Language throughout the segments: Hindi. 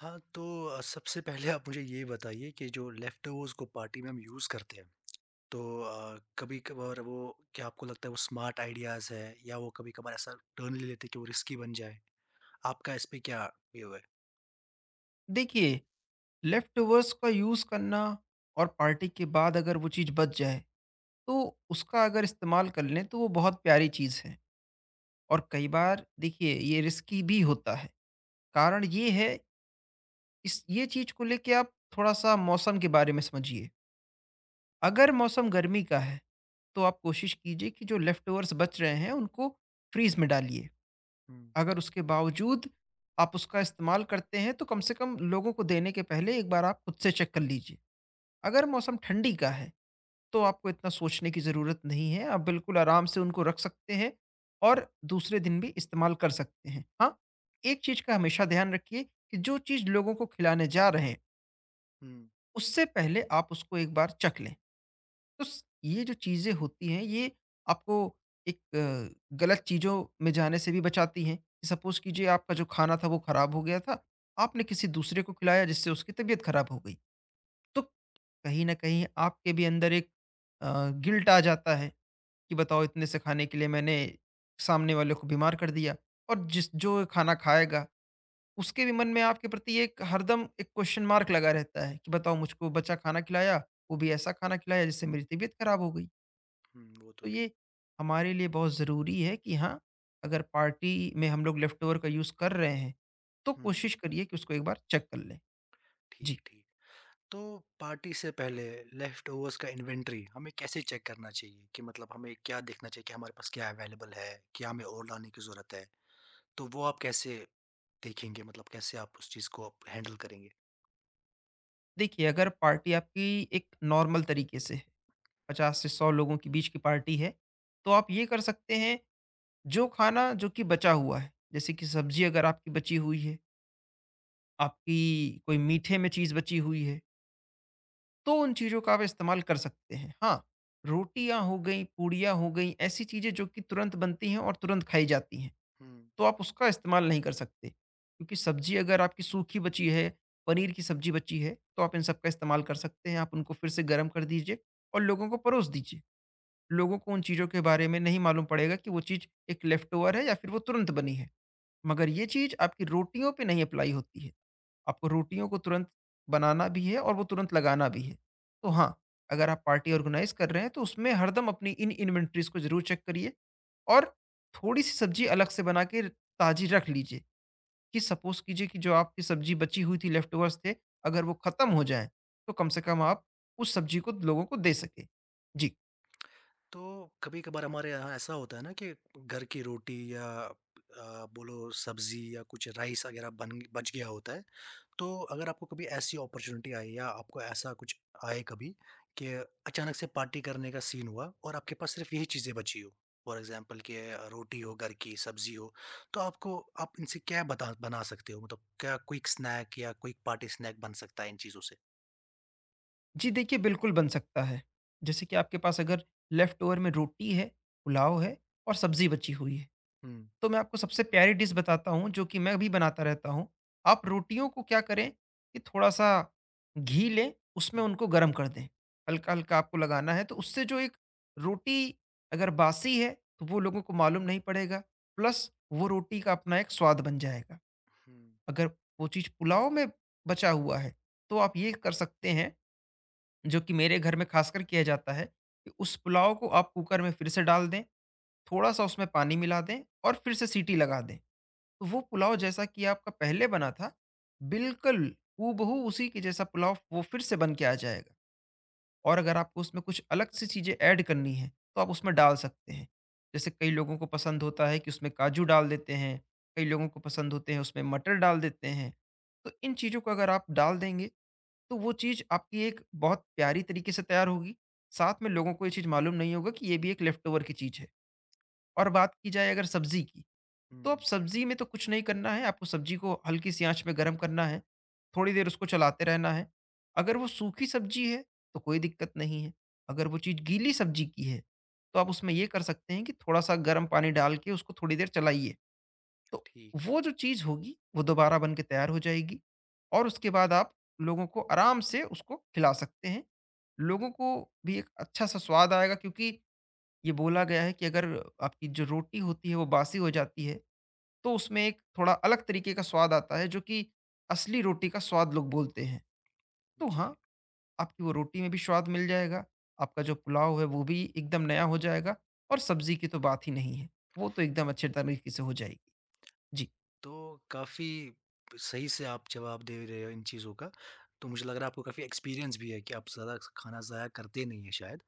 हाँ, तो सबसे पहले आप मुझे ये बताइए कि जो लेफ्टओवर्स को पार्टी में हम यूज़ करते हैं, तो कभी-कभार वो क्या आपको लगता है वो स्मार्ट आइडियाज़ है या वो कभी-कभार ऐसा टर्न ले लेते हैं कि वो रिस्की बन जाए? आपका इस पे क्या व्यू है? देखिए, लेफ्टवर्स का यूज़ करना और पार्टी के बाद अगर वो चीज़ बच जाए, तो उसका अगर इस्तेमाल कर लें, तो वो बहुत प्यारी चीज़ है। और कई बार देखिए, ये रिस्की भी होता है। कारण ये है, इस ये चीज़ को लेके आप थोड़ा-सा मौसम के बारे में समझिए। अगर मौसम गर्मी का है, तो आप कोशिश कीजिए कि जो लेफ्टवर्स बच रहे हैं, उनको फ्रीज़ में डालिए। हुँ, अगर उसके बावजूद आप उसका इस्तेमाल करते हैं, तो कम से कम लोगों को देने के पहले एक बार आप खुद से चेक कर लीजिए। अगर मौसम ठंडी का है, तो आपको इतना सोचने की ज़रूरत नहीं है, आप बिल्कुल आराम से उनको रख सकते हैं और दूसरे दिन भी इस्तेमाल कर सकते हैं। हाँ, एक चीज़ का हमेशा ध्यान रखिए कि जो चीज़ लोगों को खिलाने जा रहे हैं, हुँ, उससे पहले आप उसको एक बार चख लें। तो स ये जो चीज़ें होती हैं, ये आपको एक गलत चीज़ों में जाने से भी बचाती हैं। सपोज़ कीजिए, आपका जो खाना था वो खराब हो गया था, आपने किसी दूसरे को खिलाया जिससे उसकी तबीयत खराब हो गई। तो कहीं न कहीं आपके भी अंदर एक गिल्ट आ जाता है कि बताओ, इतने से खाने के लिए मैंने सामने वाले को बीमार कर दिया। और जिस जो खाना खाएगा, उसके भी मन में आपके प्रति एक हरदम एक क्वेश्चन मार्क लगा रहता है कि बताओ, मुझको बचा खाना खिलाया, वो भी ऐसा खाना खिलाया जिससे मेरी तबीयत खराब हो गई। हुँ, वो तो तो है। ये हमारे लिए बहुत ज़रूरी है कि हाँ, अगर पार्टी में हम लोग लेफ्ट ओवर का यूज़ कर रहे हैं, तो हुँ, कोशिश करिए कि उसको एक बार चेक कर लें। ठीक, जी। ठीक। तो पार्टी से पहले लेफ्टओवर्स का इन्वेंटरी हमें कैसे चेक करना चाहिए कि मतलब हमें क्या देखना चाहिए कि हमारे पास क्या अवेलेबल है, क्या हमें और लाने की ज़रूरत है? तो वो आप कैसे देखेंगे मतलब कैसे आप उस चीज़ को आप हैंडल करेंगे? देखिए, अगर पार्टी आपकी एक नॉर्मल तरीके से है, 50 से 100 लोगों के बीच की पार्टी है, तो आप ये कर सकते हैं, जो खाना जो कि बचा हुआ है, जैसे कि सब्ज़ी अगर आपकी बची हुई है, आपकी कोई मीठे में चीज़ बची हुई है, तो उन चीज़ों का आप इस्तेमाल कर सकते हैं। हाँ, रोटियाँ हो गईं, पूड़ियाँ हो गईं, ऐसी चीज़ें जो कि तुरंत बनती हैं और तुरंत खाई जाती हैं, हुँ। तो आप उसका इस्तेमाल नहीं कर सकते। क्योंकि सब्ज़ी अगर आपकी सूखी बची है, पनीर की सब्ज़ी बची है, तो आप इन सब का इस्तेमाल कर सकते हैं। आप उनको फिर से गरम कर दीजिए और लोगों को परोस दीजिए। लोगों को उन चीज़ों के बारे में नहीं मालूम पड़ेगा कि वो चीज़ एक लेफ्ट ओवर है या फिर वो तुरंत बनी है। मगर ये चीज़ आपकी रोटियों पे नहीं अप्लाई होती है। आपको रोटियों को तुरंत बनाना भी है और वो तुरंत लगाना भी है। तो हाँ, अगर आप पार्टी ऑर्गेनाइज़ कर रहे हैं, तो उसमें हरदम अपनी इन इन्वेंटरीज़ को ज़रूर चेक करिए और थोड़ी-सी सब्ज़ी अलग से बना के ताज़ी रख लीजिए कि सपोज़ कीजिए कि जो आपकी सब्ज़ी बची हुई थी, लेफ्ट ओवर्स थे, अगर वो ख़त्म हो जाएँ, तो कम से कम आप उस सब्ज़ी को लोगों को दे सकें। जी। तो कभी-कभार हमारे यहाँ ऐसा होता है ना कि घर की रोटी या बोलो सब्ज़ी या कुछ राइस वगैरह बन बच गया होता है। तो अगर आपको कभी ऐसी अपॉर्च्युनिटी आई या आपको ऐसा कुछ आए कभी कि अचानक से पार्टी करने का सीन हुआ और आपके पास सिर्फ़ यही चीज़ें बची हो, फॉर एग्ज़ाम्पल कि रोटी हो, घर की सब्ज़ी हो, तो आपको आप इनसे क्या बता बना सकते हो? मतलब क्या क्विक स्नैक या क्विक पार्टी स्नैक बन सकता है इन चीज़ों से? जी, देखिए, बिल्कुल बन सकता है। जैसे कि आपके पास अगर लेफ्ट ओवर में रोटी है, पुलाव है और सब्ज़ी बची हुई है, हुँ, तो मैं आपको सबसे प्यारी डिश बताता हूँ, जो कि मैं भी बनाता रहता हूँ। आप रोटियों को क्या करें कि थोड़ा-सा घी लें, उसमें हुँ, उनको गरम कर दें। हल्का-हल्का आपको लगाना है, तो उससे जो एक रोटी अगर बासी है, तो वो लोगों को मालूम नहीं पड़ेगा, प्लस वो रोटी का अपना एक स्वाद बन जाएगा। हुँ, अगर वो चीज़ पुलाव में बचा हुआ है, तो आप ये कर सकते हैं, जो कि मेरे घर में खासकर किया जाता है, कि उस पुलाव को आप कुकर में फिर से डाल दें, थोड़ा-सा उसमें पानी मिला दें और फिर से सीटी लगा दें। तो वो पुलाव, जैसा कि आपका पहले बना था, बिल्कुल हूबहू उसी के जैसा पुलाव वो फिर से बन के आ जाएगा और अगर आपको उसमें कुछ अलग सी चीज़ें ऐड करनी हैं, तो आप उसमें डाल सकते हैं। जैसे कई लोगों को पसंद होता है कि उसमें काजू डाल देते हैं, कई लोगों को पसंद होते हैं, उसमें मटर डाल देते हैं। तो इन चीज़ों को अगर आप डाल देंगे, तो वो चीज़ आपकी एक बहुत प्यारी तरीके से तैयार होगी। साथ में लोगों को ये चीज़ मालूम नहीं होगा कि ये भी एक लेफ्ट ओवर की चीज़ है। और बात की जाए अगर सब्ज़ी की, तो आप हुँ, सब्ज़ी में तो कुछ नहीं करना है, आपको सब्ज़ी को हल्की सी आँच में गरम करना है, थोड़ी देर उसको चलाते रहना है। अगर वो सूखी सब्ज़ी है, तो कोई दिक्कत नहीं है। अगर वो चीज़ गीली सब्ज़ी की है, तो आप उसमें ये कर सकते हैं कि थोड़ा-सा गर्म पानी डाल के उसको थोड़ी देर चलाइए। तो ठीक, वो जो चीज़ होगी, वो दोबारा बन के तैयार हो जाएगी और उसके बाद आप लोगों को आराम से उसको खिला सकते हैं। लोगों को भी एक अच्छा-सा स्वाद आएगा, क्योंकि ये बोला गया है कि अगर आपकी जो रोटी होती है, वो बासी हो जाती है, तो उसमें एक थोड़ा अलग तरीके का स्वाद आता है, जो कि असली रोटी का स्वाद लोग बोलते हैं। तो जी। हाँ, आपकी वो रोटी में भी स्वाद मिल जाएगा, आपका जो पुलाव है, वो भी एकदम नया हो जाएगा और सब्ज़ी की तो बात ही नहीं है। वो तो एकदम अच्छे तरीके से हो जाएगी। जी। तो काफ़ी सही से आप जवाब दे रहे हो इन चीज़ों का, तो मुझे लग रहा है आपको काफ़ी एक्सपीरियंस भी है कि आप ज़्यादा खाना ज़ाया करते नहीं हैं शायद।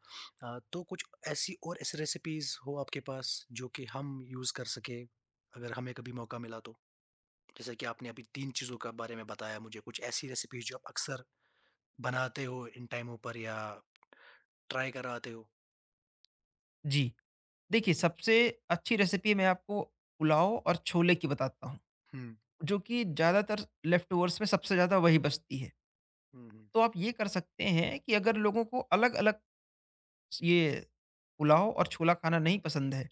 तो कुछ ऐसी और ऐसी रेसिपीज़ हो आपके पास जो कि हम यूज़ कर सकें, अगर हमें कभी मौका मिला तो? जैसे कि आपने अभी 3 चीज़ों का बारे में बताया मुझे, कुछ ऐसी रेसिपीज़ जो आप अक्सर बनाते हो इन टाइमों पर या ट्राई कराते हो? जी। देखिए, सबसे अच्छी रेसिपी मैं आपको पुलाव और छोले की बताता हूँ, हुँ, जो कि ज़्यादातर लेफ्ट ओवर्स में सबसे ज़्यादा वही बचती है। हुँ, हुँ, तो आप ये कर सकते हैं कि अगर लोगों को अलग-अलग ये पुलाव और छोला खाना नहीं पसंद है,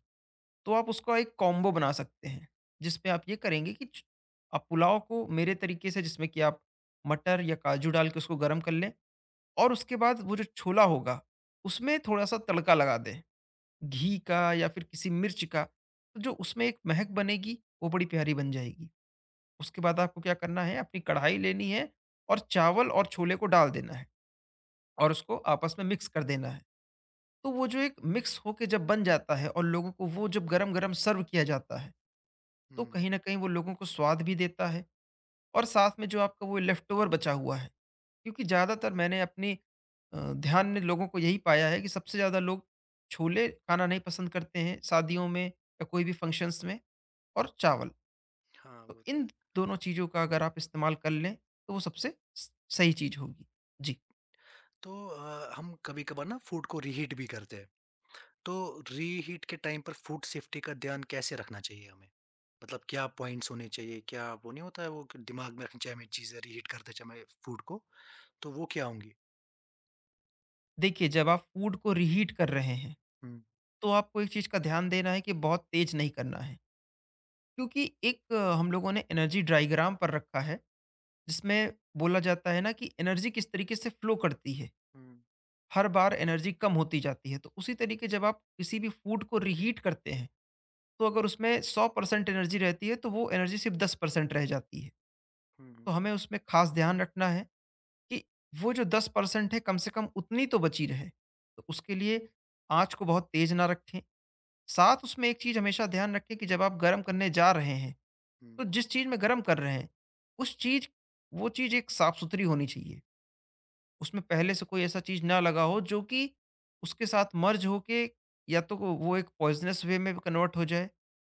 तो आप उसका एक कॉम्बो बना सकते हैं, जिसमें आप ये करेंगे कि छ आप पुलाव को मेरे तरीके से, जिसमें कि आप मटर या काजू डाल के उसको गरम कर लें, और उसके बाद वो जो छोला होगा, उसमें थोड़ा-सा तड़का लगा दें। घी का या फिर किसी मिर्च का, तो जो उसमें एक महक बनेगी, वो बड़ी प्यारी बन जाएगी। उसके बाद आपको क्या करना है, अपनी कढ़ाई लेनी है और चावल और छोले को डाल देना है और उसको आपस में मिक्स कर देना है। तो वो जो एक मिक्स होके जब बन जाता है और लोगों को वो जब गरम-गरम सर्व किया जाता है, तो हुँ, हुँ, कहीं न कहीं वो लोगों को स्वाद भी देता है और साथ में जो आपका वो लेफ्ट ओवर बचा हुआ है, क्योंकि ज़्यादातर मैंने अपनी ध्यान में लोगों को यही पाया है कि सबसे ज़्यादा लोग छोले खाना नहीं पसंद करते हैं, शादियों में या कोई भी फंक्शन्स में। और चावल। हाँ, तो वो तो इन है। दोनों चीज़ों का अगर आप इस्तेमाल कर लें, तो वो सबसे स सही चीज़ होगी। जी। तो हम कभी-कभार ना फूड को रीहीट भी करते हैं। तो रीहीट के टाइम पर फूड सेफ्टी का ध्यान कैसे रखना चाहिए हमें? मतलब क्या पॉइंट्स होने चाहिए? क्या वो नहीं होता है वो कि दिमाग में रखनी चाहिए हमें चीज़ें रीहीट करते समय फूड को, तो वो क्या होंगी? देखिए, जब आप फूड को रीहीट कर रहे हैं, हुँ, तो आपको एक चीज़ का ध्यान देना है कि बहुत तेज़ नहीं करना है। क्योंकि एक हम लोगों ने एनर्जी डायग्राम पर रखा है, जिसमें बोला जाता है ना कि एनर्जी किस तरीके से फ़्लो करती है। हुँ, हर बार एनर्जी कम होती जाती है। तो उसी तरीके, जब आप किसी भी फूड को रीहीट करते हैं, तो अगर उसमें 100% एनर्जी रहती है, तो वो एनर्जी सिर्फ़ 10% रह जाती है। हुँ, हुँ, तो हमें उसमें ख़ास ध्यान रखना है कि वो जो 10% है, कम से कम उतनी तो बची रहे। तो उसके लिए आँच को बहुत तेज़ ना रखें। साथ उसमें एक चीज़ हमेशा ध्यान रखें कि जब आप गरम करने जा रहे हैं, हुँ। तो जिस चीज़ में गरम कर रहे हैं, उस चीज़ वो चीज़ एक साफ-सुथरी होनी चाहिए। उसमें पहले से कोई ऐसा चीज़ ना लगा हो जो कि उसके साथ मर्ज होके या तो वो एक पॉइज़नस वे में कन्वर्ट हो जाए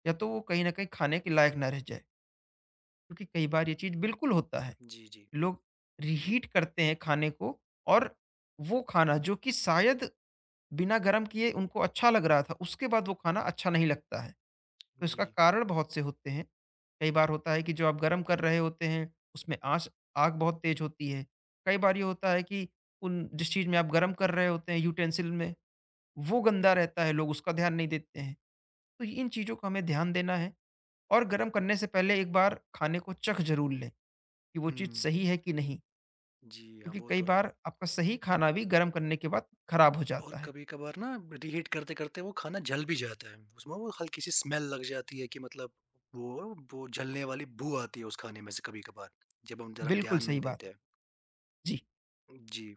या तो वो कहीं न कहीं खाने के लायक ना रह जाए। क्योंकि कई बार ये चीज़ बिल्कुल होता है। जी, जी। लोग रीहीट करते हैं खाने को और वो खाना, जो कि शायद बिना गरम किए उनको अच्छा लग रहा था, उसके बाद वो खाना अच्छा नहीं लगता है। तो इसका जी। कारण बहुत से होते हैं। कई बार होता है कि जो आप गरम कर रहे होते हैं, उसमें आँच आग बहुत तेज़ होती है। कई बार ये होता है कि उन जिस चीज़ में आप गरम कर रहे होते हैं, यूटेंसिल में, वो गंदा रहता है, लोग उसका ध्यान नहीं देते हैं। तो इन चीज़ों का हमें ध्यान देना है और गरम करने से पहले एक बार खाने को चख ज़रूर लें कि वो चीज़ हुँ। सही है कि नहीं। जी, हाँ, क्योंकि वो कई तो है। बार आपका सही खाना भी गर्म करने के बाद खराब हो और जाता है। कभी-कभार ना रीहीट करते-करते वो खाना जल भी जाता है। उसमें वो हल्की सी स्मेल लग जाती है कि मतलब वो जलने वाली बू आती है उस खाने में से कभी-कभार, जब हम ज़रा बिल्कुल ध्यान सही नहीं बात। देते हैं। जी। जी,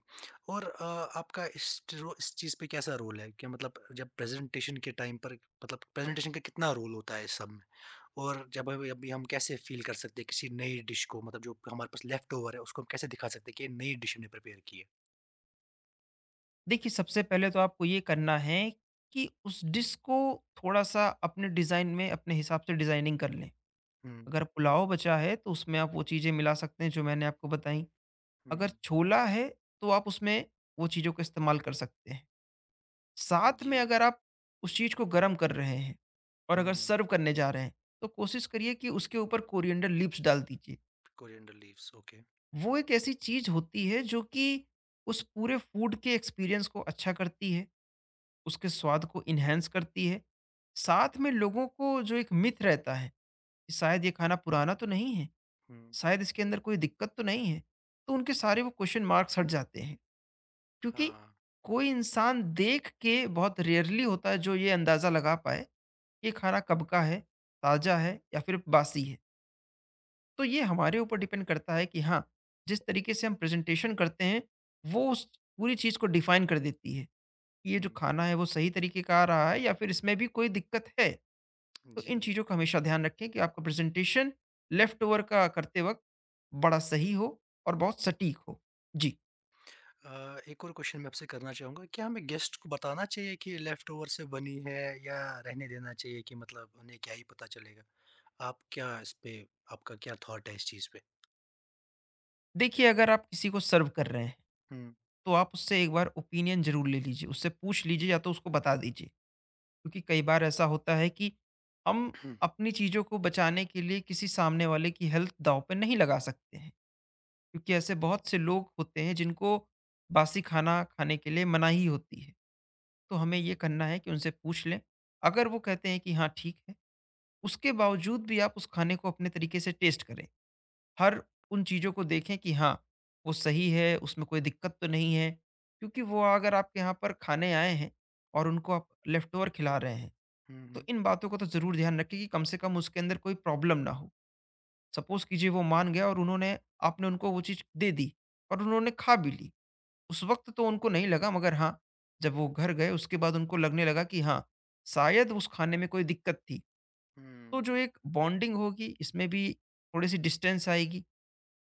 और आपका इस चीज़ पे कैसा रोल है? क्या मतलब जब प्रेज़ेंटेशन के टाइम पर मतलब प्रेज़ेंटेशन का कितना रोल होता है इस सब में? और जब अभी अभी हम कैसे फ़ील कर सकते हैं किसी नई डिश को मतलब जो हमारे पास लेफ्ट ओवर है, उसको हम कैसे दिखा सकते हैं कि ये नई डिश हमने प्रिपेयर की है? देखिए, सबसे पहले तो आपको ये करना है कि उस डिश को थोड़ा-सा अपने डिज़ाइन में, अपने हिसाब से डिज़ाइनिंग कर लें। हुँ, अगर पुलाव बचा है, तो उसमें आप वो चीज़ें मिला सकते हैं जो मैंने आपको बताई। हुँ, अगर हुँ। छोला है, तो आप उसमें वो चीज़ों का इस्तेमाल कर सकते हैं। साथ जी। में अगर आप उस चीज़ को गर्म कर रहे हैं और हुँ, अगर हुँ। सर्व करने जा रहे हैं तो कोशिश करिए कि उसके ऊपर कोरिएंडर लीव्स डाल दीजिए। Coriander leaves, okay. वो एक ऐसी चीज होती है जो कि उस पूरे फूड के एक्सपीरियंस को अच्छा करती है, उसके स्वाद को इन्हेंस करती है। साथ में लोगों को जो एक मिथ रहता है कि शायद ये खाना पुराना तो नहीं है, हुँ, शायद इसके अंदर कोई दिक्कत तो नहीं है, तो उनके सारे वो क्वेश्चन मार्क्स हट जाते हैं। क्योंकि हाँ, कोई इंसान देख के बहुत रेयरली होता है जो ये अंदाज़ा लगा पाए, कि ये खाना कब का है, ताज़ा है या फिर बासी है। तो ये हमारे ऊपर डिपेंड करता है कि हाँ, जिस तरीके से हम प्रेज़ेंटेशन करते हैं, वो उस पूरी चीज़ को डिफ़ाइन कर देती है। कि ये हुँ, जो खाना है, वो सही तरीके का आ रहा है या फिर इसमें भी कोई दिक्कत है? तो जी। इन चीज़ों का हमेशा ध्यान रखें कि आपका प्रेज़ेंटेशन लेफ़्ट ओवर का करते वक़्त बड़ा सही हो और बहुत सटीक हो। जी। एक और क्वेश्चन मैं आपसे करना चाहूँगा, क्या हमें गेस्ट को बताना चाहिए कि लेफ्ट ओवर से बनी है या रहने देना चाहिए कि मतलब उन्हें क्या ही पता चलेगा? आप क्या इस पे आपका क्या थॉट है इस चीज़ पे? देखिए, अगर आप किसी को सर्व कर रहे हैं, हुँ, तो आप उससे एक बार ओपिनियन ज़रूर ले लीजिए। उससे पूछ लीजिए या तो उसको बता दीजिए। क्योंकि कई बार ऐसा होता है कि हम हुँ, अपनी चीज़ों को बचाने के लिए किसी सामने वाले की हेल्थ दांव पे नहीं लगा सकते हैं। क्योंकि ऐसे बहुत से लोग होते हैं जिनको बासी खाना खाने के लिए मनाही होती है। तो हमें ये करना है कि उनसे पूछ लें। अगर वो कहते हैं कि हाँ ठीक है, उसके बावजूद भी आप उस खाने को अपने तरीके से टेस्ट करें। हर उन चीज़ों को देखें कि हाँ, वो सही है, उसमें कोई दिक्कत तो नहीं है। क्योंकि वो अगर आपके यहाँ पर खाने आए हैं और उनको आप लेफ्ट ओवर खिला रहे हैं, तो हुँ, इन बातों का तो ज़रूर ध्यान रखें कि कम से कम उसके अंदर कोई प्रॉब्लम ना हो। सपोज़ कीजिए वो मान गया और उन्होंने, आपने उनको वो चीज़ दे दी और उन्होंने खा भी ली। उस वक़्त तो उनको नहीं लगा, मगर हाँ, जब वो घर गए उसके बाद उनको लगने लगा कि हाँ, शायद उस खाने में कोई दिक्कत थी। तो जो हुँ, एक बॉन्डिंग होगी इसमें भी थोड़ी-सी डिस्टेंस आएगी,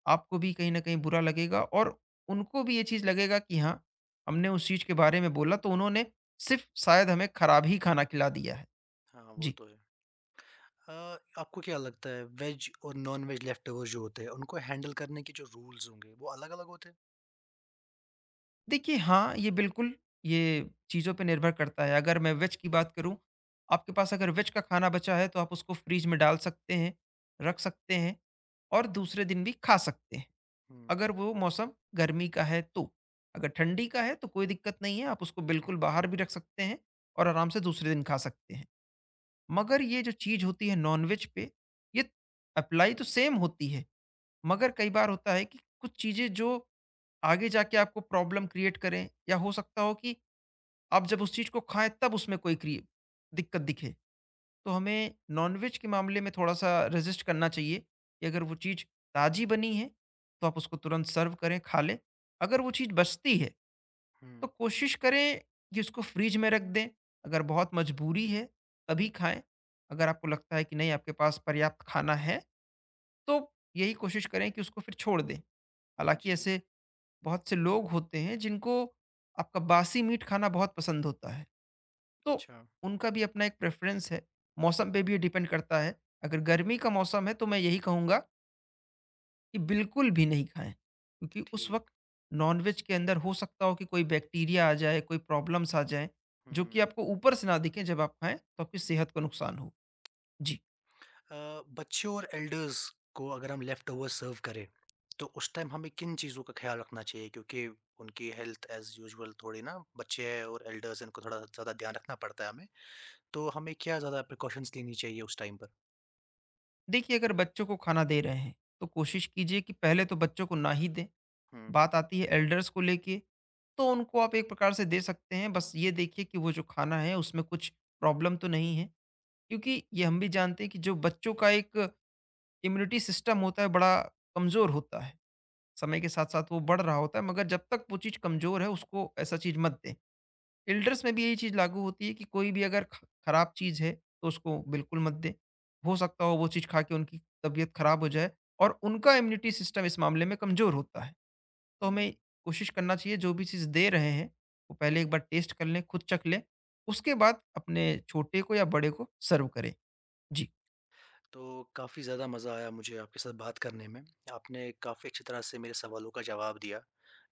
आपको भी कहीं न कहीं बुरा लगेगा और उनको भी ये चीज़ लगेगा कि हाँ, हमने उस चीज़ के बारे में बोला तो उन्होंने सिर्फ़ शायद हमें खराब ही खाना खिला दिया है। हाँ, वो जी। तो है। अ, आपको क्या लगता है वेज और नॉन-वेज लेफ्ट ओवर जो होते हैं, उनको हैंडल करने के जो रूल्स होंगे, वो अलग-अलग होते हैं? देखिए, हाँ, ये बिल्कुल ये चीज़ों पे निर्भर करता है। अगर मैं वेज की बात करूँ, आपके पास अगर वेज का खाना बचा है तो आप उसको फ्रिज में डाल सकते हैं, रख सकते हैं और दूसरे दिन भी खा सकते हैं, हुँ, अगर वो मौसम गर्मी का है तो। अगर ठंडी का है तो कोई दिक्कत नहीं है, आप उसको बिल्कुल बाहर भी रख सकते हैं और आराम से दूसरे दिन खा सकते हैं। मगर ये जो चीज़ होती है नॉन-वेज पे, ये अप्लाई तो सेम होती है, मगर कई बार होता है कि कुछ चीज़ें जो आगे जाके आपको प्रॉब्लम क्रिएट करें, या हो सकता हो कि आप जब उस चीज़ को खाएँ तब उसमें कोई क्रि दिक्कत दिखे। तो हमें नॉनवेज के मामले में थोड़ा-सा रेज़िस्ट करना चाहिए कि अगर वो चीज़ ताज़ी बनी है, तो आप उसको तुरंत सर्व करें, खा लें। अगर वो चीज़ बचती है, तो हुँ, कोशिश करें कि उसको फ्रिज में रख दें। अगर बहुत मजबूरी है, तभी खाएँ। अगर आपको लगता है कि नहीं, आपके पास पर्याप्त खाना है, तो यही कोशिश करें कि उसको फिर छोड़ दें। हालाँकि जी, ऐसे बहुत से लोग होते हैं जिनको आपका बासी मीट खाना बहुत पसंद होता है, तो अच्छा, उनका भी अपना एक प्रेफरेंस है। मौसम पे भी डिपेंड करता है। अगर गर्मी का मौसम है तो मैं यही कहूँगा कि बिल्कुल भी नहीं खाएं, क्योंकि उस वक्त ठीक, नॉनवेज के अंदर हो सकता हो कि कोई बैक्टीरिया आ जाए, कोई प्रॉब्लम्स आ जाए, जो कि हुँ। आपको ऊपर से ना दिखें। जब आप खाएं तो आपकी सेहत को नुकसान हो। जी। अ, बच्चों और एल्डर्स को अगर हम लेफ्ट ओवर सर्व करें तो उस टाइम हमें किन चीज़ों का ख्याल रखना चाहिए क्योंकि उनकी हेल्थ एज यूजुअल थोड़ी ना बच्चे हैं और एल्डर्स इनको थोड़ा ज़्यादा ध्यान रखना पड़ता है हमें तो हमें क्या ज़्यादा प्रिकॉशंस लेनी चाहिए उस टाइम पर देखिए, अगर बच्चों को खाना दे रहे हैं तो कोशिश कीजिए कि पहले तो बच्चों को ना ही दें। हम्म, बात आती है एल्डर्स को लेके, तो उनको आप एक प्रकार से दे सकते हैं। बस ये देखिए कि वो जो खाना है उसमें कुछ प्रॉब्लम तो नहीं है। क्योंकि ये हम भी जानते हैं कि जो बच्चों का एक इम्यूनिटी सिस्टम होता है, बड़ा कमज़ोर होता है। समय के साथ-साथ वो बढ़ रहा होता है, मगर जब तक वो चीज़ कमज़ोर है, उसको ऐसा चीज़ मत दें। एल्डर्स में भी यही चीज़ लागू होती है कि कोई भी अगर ख खराब चीज़ है, तो उसको बिल्कुल मत दें। हो सकता हो वो चीज़ खा के उनकी तबीयत खराब हो जाए, और उनका इम्यूनिटी सिस्टम इस मामले में कमज़ोर होता है। तो हमें हम्म। कोशिश करना चाहिए जो भी चीज़ दे रहे हैं, वो पहले एक बार टेस्ट कर लें, खुद चख लें, उसके बाद अपने छोटे को या बड़े को सर्व करें। जी। तो काफ़ी ज़्यादा मज़ा आया मुझे आपके साथ बात करने में आपने काफ़ी अच्छी तरह से मेरे सवालों का जवाब दिया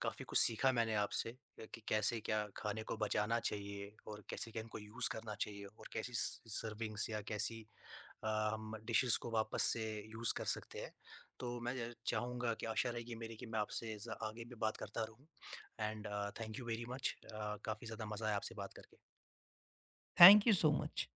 काफ़ी कुछ सीखा मैंने आपसे कि कैसे क्या खाने को बचाना चाहिए और कैसे क्या इनको यूज़ करना चाहिए और कैसी सर्विंग्स या कैसी अ, हम डिशेस को वापस से यूज़ कर सकते हैं। तो मैं ज चाहूँगा कि आशा रहेगी मेरी कि मैं आपसे ज़ आगे भी बात करता रहूँ and thank you very much काफ़ी ज़्यादा मज़ा आया आपसे बात करके। Thank you so much.